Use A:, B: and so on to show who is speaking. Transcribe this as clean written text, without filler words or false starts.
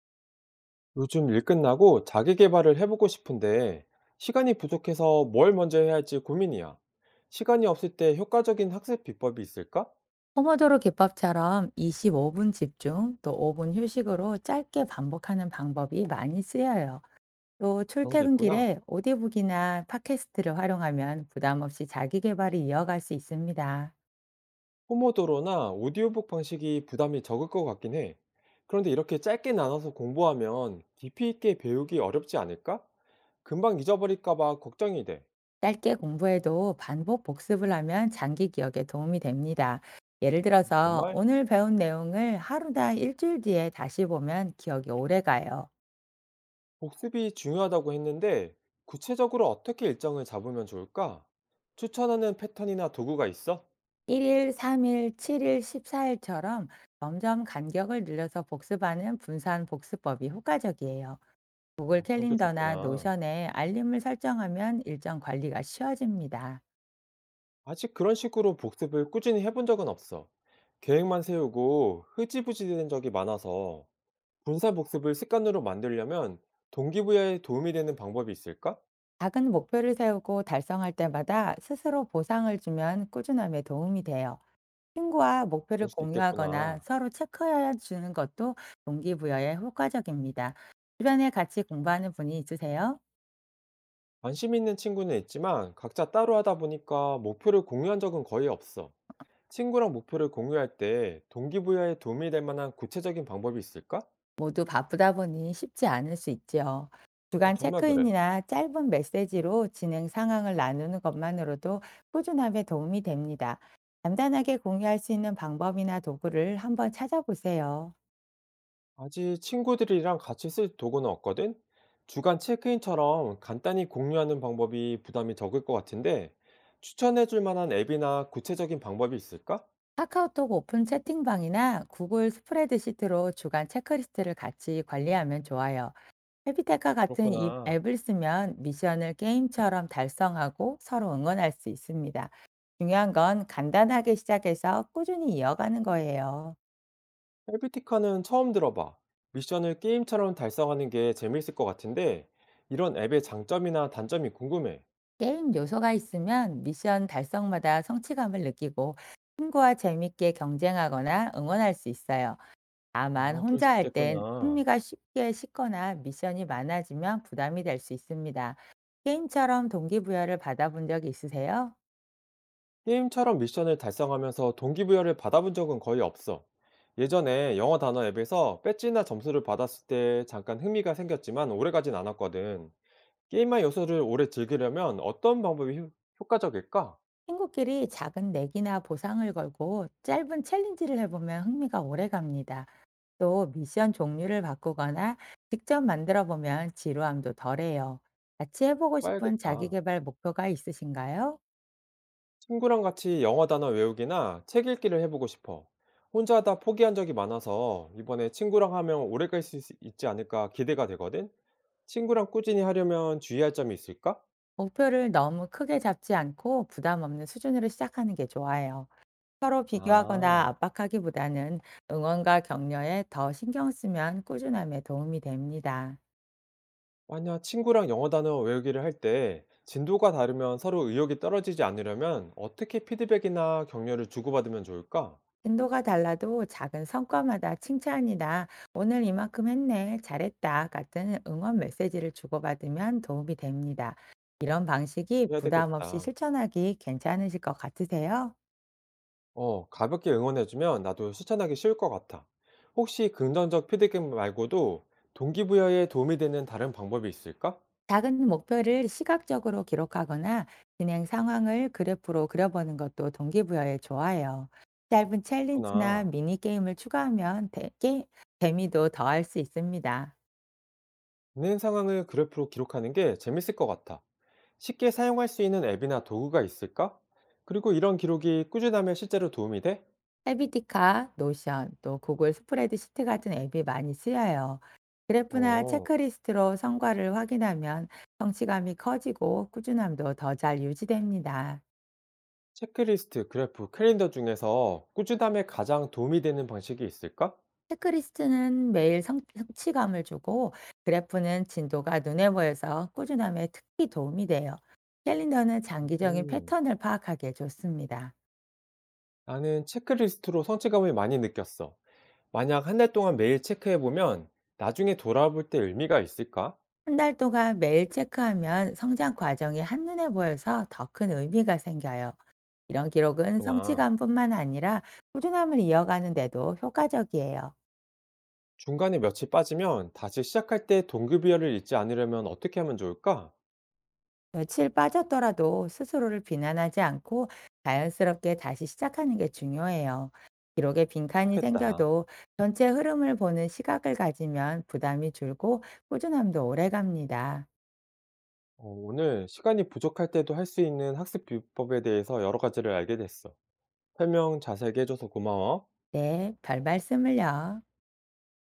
A: 요즘 일 끝나고 자기 개발을 해보고 싶은데 시간이 부족해서 뭘 먼저 해야 할지 고민이야. 시간이 없을 때 효과적인 학습 비법이 있을까?
B: 포모도로 기법처럼 25분 집중 또 5분 휴식으로 짧게 반복하는 방법이 많이 쓰여요. 또
A: 그런 게 있구나.
B: 출퇴근길에 오디북이나 팟캐스트를 활용하면 부담 없이 자기 개발을 이어갈 수 있습니다.
A: 포모도로나 오디오북 방식이 부담이 적을 것 같긴 해. 그런데 이렇게 짧게 나눠서 공부하면 깊이 있게 배우기 어렵지 않을까? 금방 잊어버릴까 봐 걱정이 돼.
B: 짧게 공부해도 반복 복습을 하면 장기 기억에 도움이 됩니다. 예를 들어서
A: 정말
B: 오늘 배운 내용을 하루나 일주일 뒤에 다시 보면 기억이 오래 가요.
A: 복습이 중요하다고 했는데 구체적으로 어떻게 일정을 잡으면 좋을까? 추천하는 패턴이나 도구가 있어?
B: 1일, 3일, 7일, 14일처럼 점점 간격을 늘려서 복습하는 분산 복습법이 효과적이에요.
A: 아,
B: 구글
A: 그런 게
B: 캘린더나
A: 좋구나.
B: 노션에 알림을 설정하면 일정 관리가 쉬워집니다.
A: 아직 그런 식으로 복습을 꾸준히 해본 적은 없어. 계획만 세우고 흐지부지 되는 적이 많아서 분사 복습을 습관으로 만들려면 동기부여에 도움이 되는 방법이 있을까?
B: 작은 목표를 세우고 달성할 때마다 스스로 보상을 주면 꾸준함에 도움이 돼요. 친구와 목표를
A: 그럴 수
B: 공유하거나
A: 있겠구나.
B: 서로 체크해 주는 것도 동기부여에 효과적입니다. 주변에 같이 공부하는 분이 있으세요?
A: 관심 있는 친구는 있지만 각자 따로 하다 보니까 목표를 공유한 적은 거의 없어. 친구랑 목표를 공유할 때 동기부여에 도움이 될 만한 구체적인 방법이 있을까?
B: 모두 바쁘다 보니 쉽지 않을 수 있지요.
A: 어,
B: 주간
A: 정말 그래.
B: 체크인이나 짧은 메시지로 진행 상황을 나누는 것만으로도 꾸준함에 도움이 됩니다. 간단하게 공유할 수 있는 방법이나 도구를 한번 찾아보세요.
A: 아직 친구들이랑 같이 쓸 도구는 없거든? 주간 체크인처럼 간단히 공유하는 방법이 부담이 적을 것 같은데, 추천해 줄 만한 앱이나 구체적인 방법이 있을까?
B: 카카오톡 오픈 채팅방이나 구글 스프레드시트로 주간 체크리스트를 같이 관리하면 좋아요. 해피테카 같은 이
A: 그렇구나.
B: 앱을 쓰면 미션을 게임처럼 달성하고 서로 응원할 수 있습니다. 중요한 건 간단하게 시작해서 꾸준히 이어가는 거예요.
A: 헬비티카는 처음 들어봐. 미션을 게임처럼 달성하는 게 재미있을 것 같은데, 이런 앱의 장점이나 단점이 궁금해.
B: 게임 요소가 있으면 미션 달성마다 성취감을 느끼고 친구와 재밌게 경쟁하거나 응원할 수 있어요.
A: 아,
B: 다만
A: 그럴 수
B: 혼자 할 땐
A: 있겠구나.
B: 흥미가 쉽게 식거나 미션이 많아지면 부담이 될 수 있습니다. 게임처럼 동기부여를 받아본 적이 있으세요?
A: 게임처럼 미션을 달성하면서 동기부여를 받아본 적은 거의 없어. 예전에 영어 단어 앱에서 배지나 점수를 받았을 때 잠깐 흥미가 생겼지만 오래가진 않았거든. 게임만 요소를 오래 즐기려면 어떤 방법이 효과적일까?
B: 친구끼리 작은 내기나 보상을 걸고 짧은 챌린지를 해보면 흥미가 오래 갑니다. 또 미션 종류를 바꾸거나 직접 만들어 보면 지루함도 덜해요. 같이 해보고 싶은 자기
A: 봐야겠다.
B: 개발 목표가 있으신가요?
A: 친구랑 같이 영어 단어 외우기나 책 읽기를 해보고 싶어. 혼자 하다 포기한 적이 많아서 이번에 친구랑 하면 오래 갈 수 있지 않을까 기대가 되거든? 친구랑 꾸준히 하려면 주의할 점이 있을까?
B: 목표를 너무 크게 잡지 않고 부담 없는 수준으로 시작하는 게 좋아요. 서로 비교하거나
A: 아.
B: 압박하기보다는 응원과 격려에 더 신경 쓰면 꾸준함에 도움이 됩니다.
A: 만약 친구랑 영어 단어 외우기를 할 때 진도가 다르면 서로 의욕이 떨어지지 않으려면 어떻게 피드백이나 격려를 주고받으면 좋을까?
B: 빈도가 달라도 작은 성과마다 칭찬이나 오늘 이만큼 했네, 잘했다 같은 응원 메시지를 주고받으면 도움이 됩니다. 이런 방식이
A: 해야
B: 부담 없이
A: 되겠다.
B: 실천하기 괜찮으실 것 같으세요?
A: 어, 가볍게 응원해주면 나도 실천하기 쉬울 것 같아. 혹시 긍정적 피드백 말고도 동기부여에 도움이 되는 다른 방법이 있을까?
B: 작은 목표를 시각적으로 기록하거나 진행 상황을 그래프로 그려보는 것도 동기부여에 좋아요. 짧은 챌린지나
A: 그렇구나.
B: 미니게임을 추가하면 재미도 더할 수 있습니다.
A: 진행 상황을 그래프로 기록하는 게 재밌을 것 같아. 쉽게 사용할 수 있는 앱이나 도구가 있을까? 그리고 이런 기록이 꾸준하면 실제로 도움이 돼?
B: 헤비티카, 노션, 또 구글 스프레드 시트 같은 앱이 많이 쓰여요. 그래프나
A: 어.
B: 체크리스트로 성과를 확인하면 성취감이 커지고 꾸준함도 더 잘 유지됩니다.
A: 체크리스트, 그래프, 캘린더 중에서 꾸준함에 가장 도움이 되는 방식이 있을까?
B: 체크리스트는 매일 성취감을 주고 그래프는 진도가 눈에 보여서 꾸준함에 특히 도움이 돼요. 캘린더는 장기적인
A: 음,
B: 패턴을 파악하기에 좋습니다.
A: 나는 체크리스트로 성취감을 많이 느꼈어. 만약 한 달 동안 매일 체크해보면 나중에 돌아볼 때 의미가 있을까?
B: 한 달 동안 매일 체크하면 성장 과정이 한눈에 보여서 더 큰 의미가 생겨요. 이런 기록은
A: 그렇구나.
B: 성취감뿐만 아니라 꾸준함을 이어가는 데도 효과적이에요.
A: 중간에 며칠 빠지면 다시 시작할 때 동기부여를 잊지 않으려면 어떻게 하면 좋을까?
B: 며칠 빠졌더라도 스스로를 비난하지 않고 자연스럽게 다시 시작하는 게 중요해요. 기록에 빈칸이
A: 그렇겠다.
B: 생겨도 전체 흐름을 보는 시각을 가지면 부담이 줄고 꾸준함도 오래 갑니다.
A: 어, 오늘 시간이 부족할 때도 할 수 있는 학습 비법에 대해서 여러 가지를 알게 됐어. 설명 자세하게 해줘서 고마워.
B: 네, 별 말씀을요.